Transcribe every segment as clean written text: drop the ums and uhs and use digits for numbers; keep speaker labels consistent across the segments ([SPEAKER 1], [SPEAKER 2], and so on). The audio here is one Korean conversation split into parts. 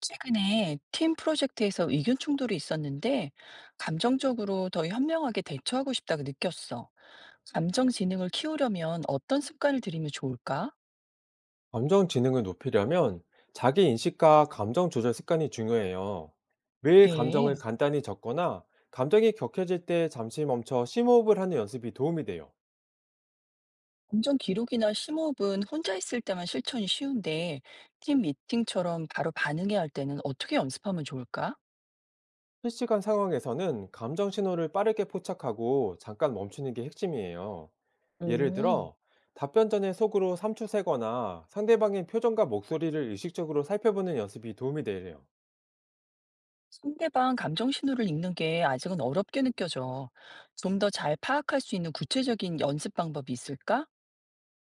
[SPEAKER 1] 최근에 팀 프로젝트에서 의견 충돌이 있었는데, 감정적으로 더 현명하게 대처하고 싶다고 느꼈어. 감정지능을 키우려면 어떤 습관을 들이면 좋을까?
[SPEAKER 2] 감정 지능을 높이려면 자기 인식과 감정 조절 습관이 중요해요. 매일 감정을
[SPEAKER 1] 예.
[SPEAKER 2] 간단히 적거나 감정이 격해질 때 잠시 멈춰 심호흡을 하는 연습이 도움이 돼요.
[SPEAKER 1] 감정 기록이나 심호흡은 혼자 있을 때만 실천이 쉬운데, 팀 미팅처럼 바로 반응해야 할 때는 어떻게 연습하면 좋을까?
[SPEAKER 2] 실시간 상황에서는 감정 신호를 빠르게 포착하고 잠깐 멈추는 게 핵심이에요. 예를
[SPEAKER 1] 오.
[SPEAKER 2] 들어, 답변 전에 속으로 3초 세거나 상대방의 표정과 목소리를 의식적으로 살펴보는 연습이 도움이 돼요.
[SPEAKER 1] 상대방 감정 신호를 읽는 게 아직은 어렵게 느껴져. 좀 더 잘 파악할 수 있는 구체적인 연습 방법이 있을까?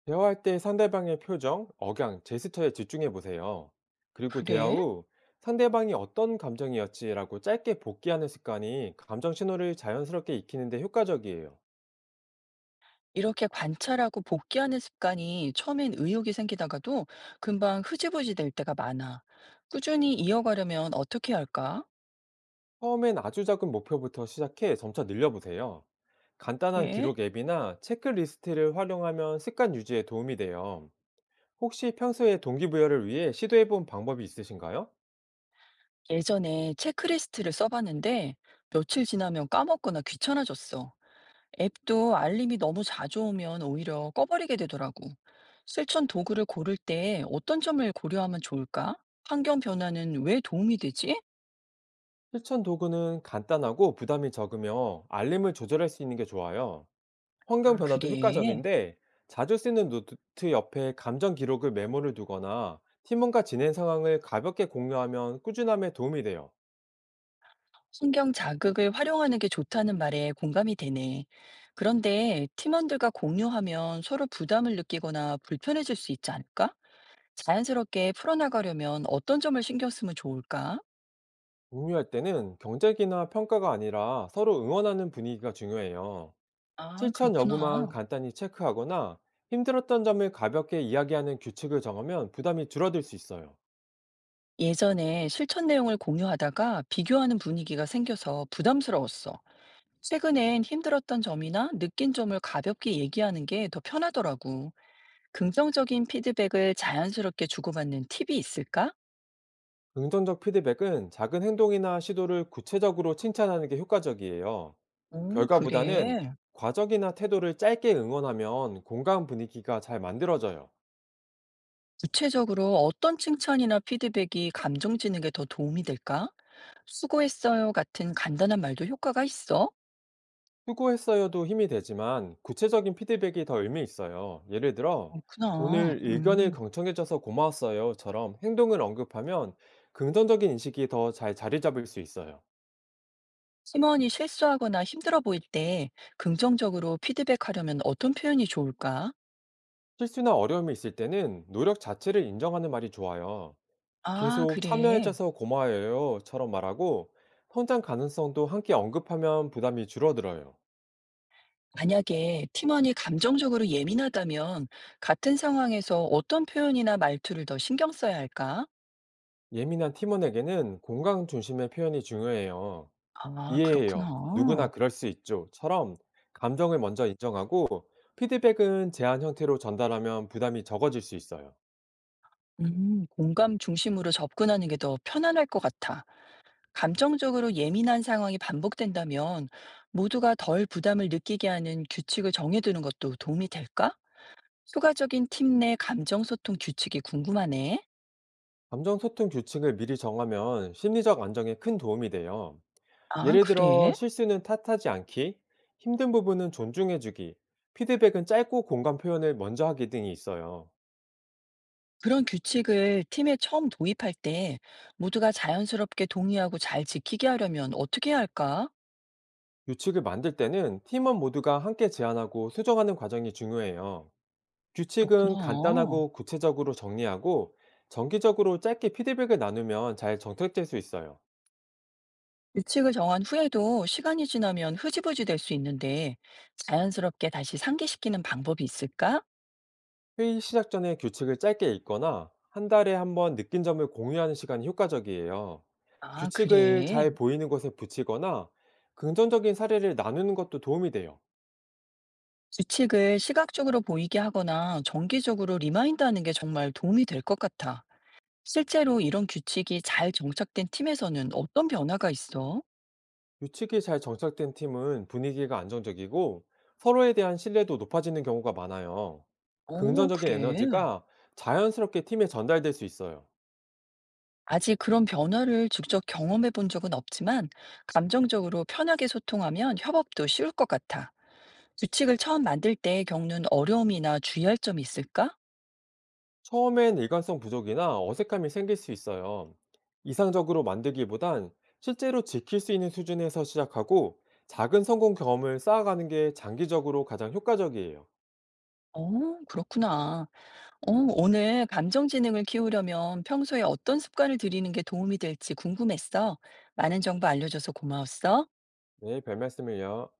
[SPEAKER 2] 대화할 때 상대방의 표정, 억양, 제스처에 집중해 보세요. 그리고 대화
[SPEAKER 1] 그래.
[SPEAKER 2] 후 상대방이 어떤 감정이었지라고 짧게 복기하는 습관이 감정 신호를 자연스럽게 익히는데 효과적이에요.
[SPEAKER 1] 이렇게 관찰하고 복귀하는 습관이 처음엔 의욕이 생기다가도 금방 흐지부지 될 때가 많아. 꾸준히 이어가려면 어떻게 해야 할까?
[SPEAKER 2] 처음엔 아주 작은 목표부터 시작해 점차 늘려보세요. 간단한
[SPEAKER 1] 네.
[SPEAKER 2] 기록 앱이나 체크리스트를 활용하면 습관 유지에 도움이 돼요. 혹시 평소에 동기부여를 위해 시도해 본 방법이 있으신가요?
[SPEAKER 1] 예전에 체크리스트를 써봤는데 며칠 지나면 까먹거나 귀찮아졌어. 앱도 알림이 너무 자주 오면 오히려 꺼버리게 되더라고. 실천 도구를 고를 때 어떤 점을 고려하면 좋을까? 환경 변화는 왜 도움이 되지?
[SPEAKER 2] 실천 도구는 간단하고 부담이 적으며 알림을 조절할 수 있는 게 좋아요. 환경
[SPEAKER 1] 아,
[SPEAKER 2] 변화도
[SPEAKER 1] 그래.
[SPEAKER 2] 효과적인데 자주 쓰는 노트 옆에 감정 기록을 메모를 두거나 팀원과 지낸 상황을 가볍게 공유하면 꾸준함에 도움이 돼요.
[SPEAKER 1] 신경 자극을 활용하는 게 좋다는 말에 공감이 되네. 그런데 팀원들과 공유하면 서로 부담을 느끼거나 불편해질 수 있지 않을까? 자연스럽게 풀어나가려면 어떤 점을 신경 쓰면 좋을까?
[SPEAKER 2] 공유할 때는 경쟁이나 평가가 아니라 서로 응원하는 분위기가 중요해요.
[SPEAKER 1] 아,
[SPEAKER 2] 실천 여부만
[SPEAKER 1] 그렇구나.
[SPEAKER 2] 간단히 체크하거나 힘들었던 점을 가볍게 이야기하는 규칙을 정하면 부담이 줄어들 수 있어요.
[SPEAKER 1] 예전에 실천 내용을 공유하다가 비교하는 분위기가 생겨서 부담스러웠어. 최근엔 힘들었던 점이나 느낀 점을 가볍게 얘기하는 게 더 편하더라고. 긍정적인 피드백을 자연스럽게 주고받는 팁이 있을까?
[SPEAKER 2] 긍정적 피드백은 작은 행동이나 시도를 구체적으로 칭찬하는 게 효과적이에요.
[SPEAKER 1] 오,
[SPEAKER 2] 결과보다는
[SPEAKER 1] 그래.
[SPEAKER 2] 과정이나 태도를 짧게 응원하면 공감 분위기가 잘 만들어져요.
[SPEAKER 1] 구체적으로 어떤 칭찬이나 피드백이 감정 지능에 더 도움이 될까? 수고했어요 같은 간단한 말도 효과가 있어?
[SPEAKER 2] 수고했어요도 힘이 되지만 구체적인 피드백이 더 의미 있어요. 예를 들어,
[SPEAKER 1] 그렇구나.
[SPEAKER 2] 오늘 의견을
[SPEAKER 1] 음.
[SPEAKER 2] 경청해줘서 고마웠어요처럼 행동을 언급하면 긍정적인 인식이 더 잘 자리 잡을 수 있어요.
[SPEAKER 1] 팀원이 실수하거나 힘들어 보일 때 긍정적으로 피드백하려면 어떤 표현이 좋을까?
[SPEAKER 2] 실수나 어려움이 있을 때는 노력 자체를 인정하는 말이 좋아요.
[SPEAKER 1] 아,
[SPEAKER 2] 계속
[SPEAKER 1] 그래.
[SPEAKER 2] 참여해줘서 고마워요처럼 말하고 성장 가능성도 함께 언급하면 부담이 줄어들어요.
[SPEAKER 1] 만약에 팀원이 감정적으로 예민하다면 같은 상황에서 어떤 표현이나 말투를 더 신경 써야 할까?
[SPEAKER 2] 예민한 팀원에게는 공감 중심의 표현이 중요해요.
[SPEAKER 1] 아, 그렇구나.
[SPEAKER 2] 이해해요. 누구나 그럴 수 있죠.처럼 감정을 먼저 인정하고 피드백은 제안 형태로 전달하면 부담이 적어질 수 있어요.
[SPEAKER 1] 공감 중심으로 접근하는 게 더 편안할 것 같아. 감정적으로 예민한 상황이 반복된다면 모두가 덜 부담을 느끼게 하는 규칙을 정해두는 것도 도움이 될까? 추가적인 팀 내 감정 소통 규칙이 궁금하네.
[SPEAKER 2] 감정 소통 규칙을 미리 정하면 심리적 안정에 큰 도움이 돼요.
[SPEAKER 1] 아,
[SPEAKER 2] 예를 들어
[SPEAKER 1] 그래?
[SPEAKER 2] 실수는 탓하지 않기, 힘든 부분은 존중해주기, 피드백은 짧고 공감 표현을 먼저 하기 등이 있어요.
[SPEAKER 1] 그런 규칙을 팀에 처음 도입할 때 모두가 자연스럽게 동의하고 잘 지키게 하려면 어떻게 해야 할까?
[SPEAKER 2] 규칙을 만들 때는 팀원 모두가 함께 제안하고 수정하는 과정이 중요해요. 규칙은
[SPEAKER 1] 그렇구나.
[SPEAKER 2] 간단하고 구체적으로 정리하고 정기적으로 짧게 피드백을 나누면 잘 정착될 수 있어요.
[SPEAKER 1] 규칙을 정한 후에도 시간이 지나면 흐지부지 될 수 있는데 자연스럽게 다시 상기시키는 방법이 있을까?
[SPEAKER 2] 회의 시작 전에 규칙을 짧게 읽거나 한 달에 한번 느낀 점을 공유하는 시간이 효과적이에요.
[SPEAKER 1] 아,
[SPEAKER 2] 규칙을
[SPEAKER 1] 그래.
[SPEAKER 2] 잘 보이는 곳에 붙이거나 긍정적인 사례를 나누는 것도 도움이 돼요.
[SPEAKER 1] 규칙을 시각적으로 보이게 하거나 정기적으로 리마인드 하는 게 정말 도움이 될 것 같아. 실제로 이런 규칙이 잘 정착된 팀에서는 어떤 변화가 있어?
[SPEAKER 2] 규칙이 잘 정착된 팀은 분위기가 안정적이고 서로에 대한 신뢰도 높아지는 경우가 많아요.
[SPEAKER 1] 어,
[SPEAKER 2] 긍정적인
[SPEAKER 1] 그래.
[SPEAKER 2] 에너지가 자연스럽게 팀에 전달될 수 있어요.
[SPEAKER 1] 아직 그런 변화를 직접 경험해 본 적은 없지만, 감정적으로 편하게 소통하면 협업도 쉬울 것 같아. 규칙을 처음 만들 때 겪는 어려움이나 주의할 점이 있을까?
[SPEAKER 2] 처음엔 일관성 부족이나 어색함이 생길 수 있어요. 이상적으로 만들기보단 실제로 지킬 수 있는 수준에서 시작하고 작은 성공 경험을 쌓아가는 게 장기적으로 가장 효과적이에요.
[SPEAKER 1] 어, 그렇구나. 어, 오늘 감정지능을 키우려면 평소에 어떤 습관을 들이는 게 도움이 될지 궁금했어. 많은 정보 알려줘서 고마웠어.
[SPEAKER 2] 네, 별 말씀을요.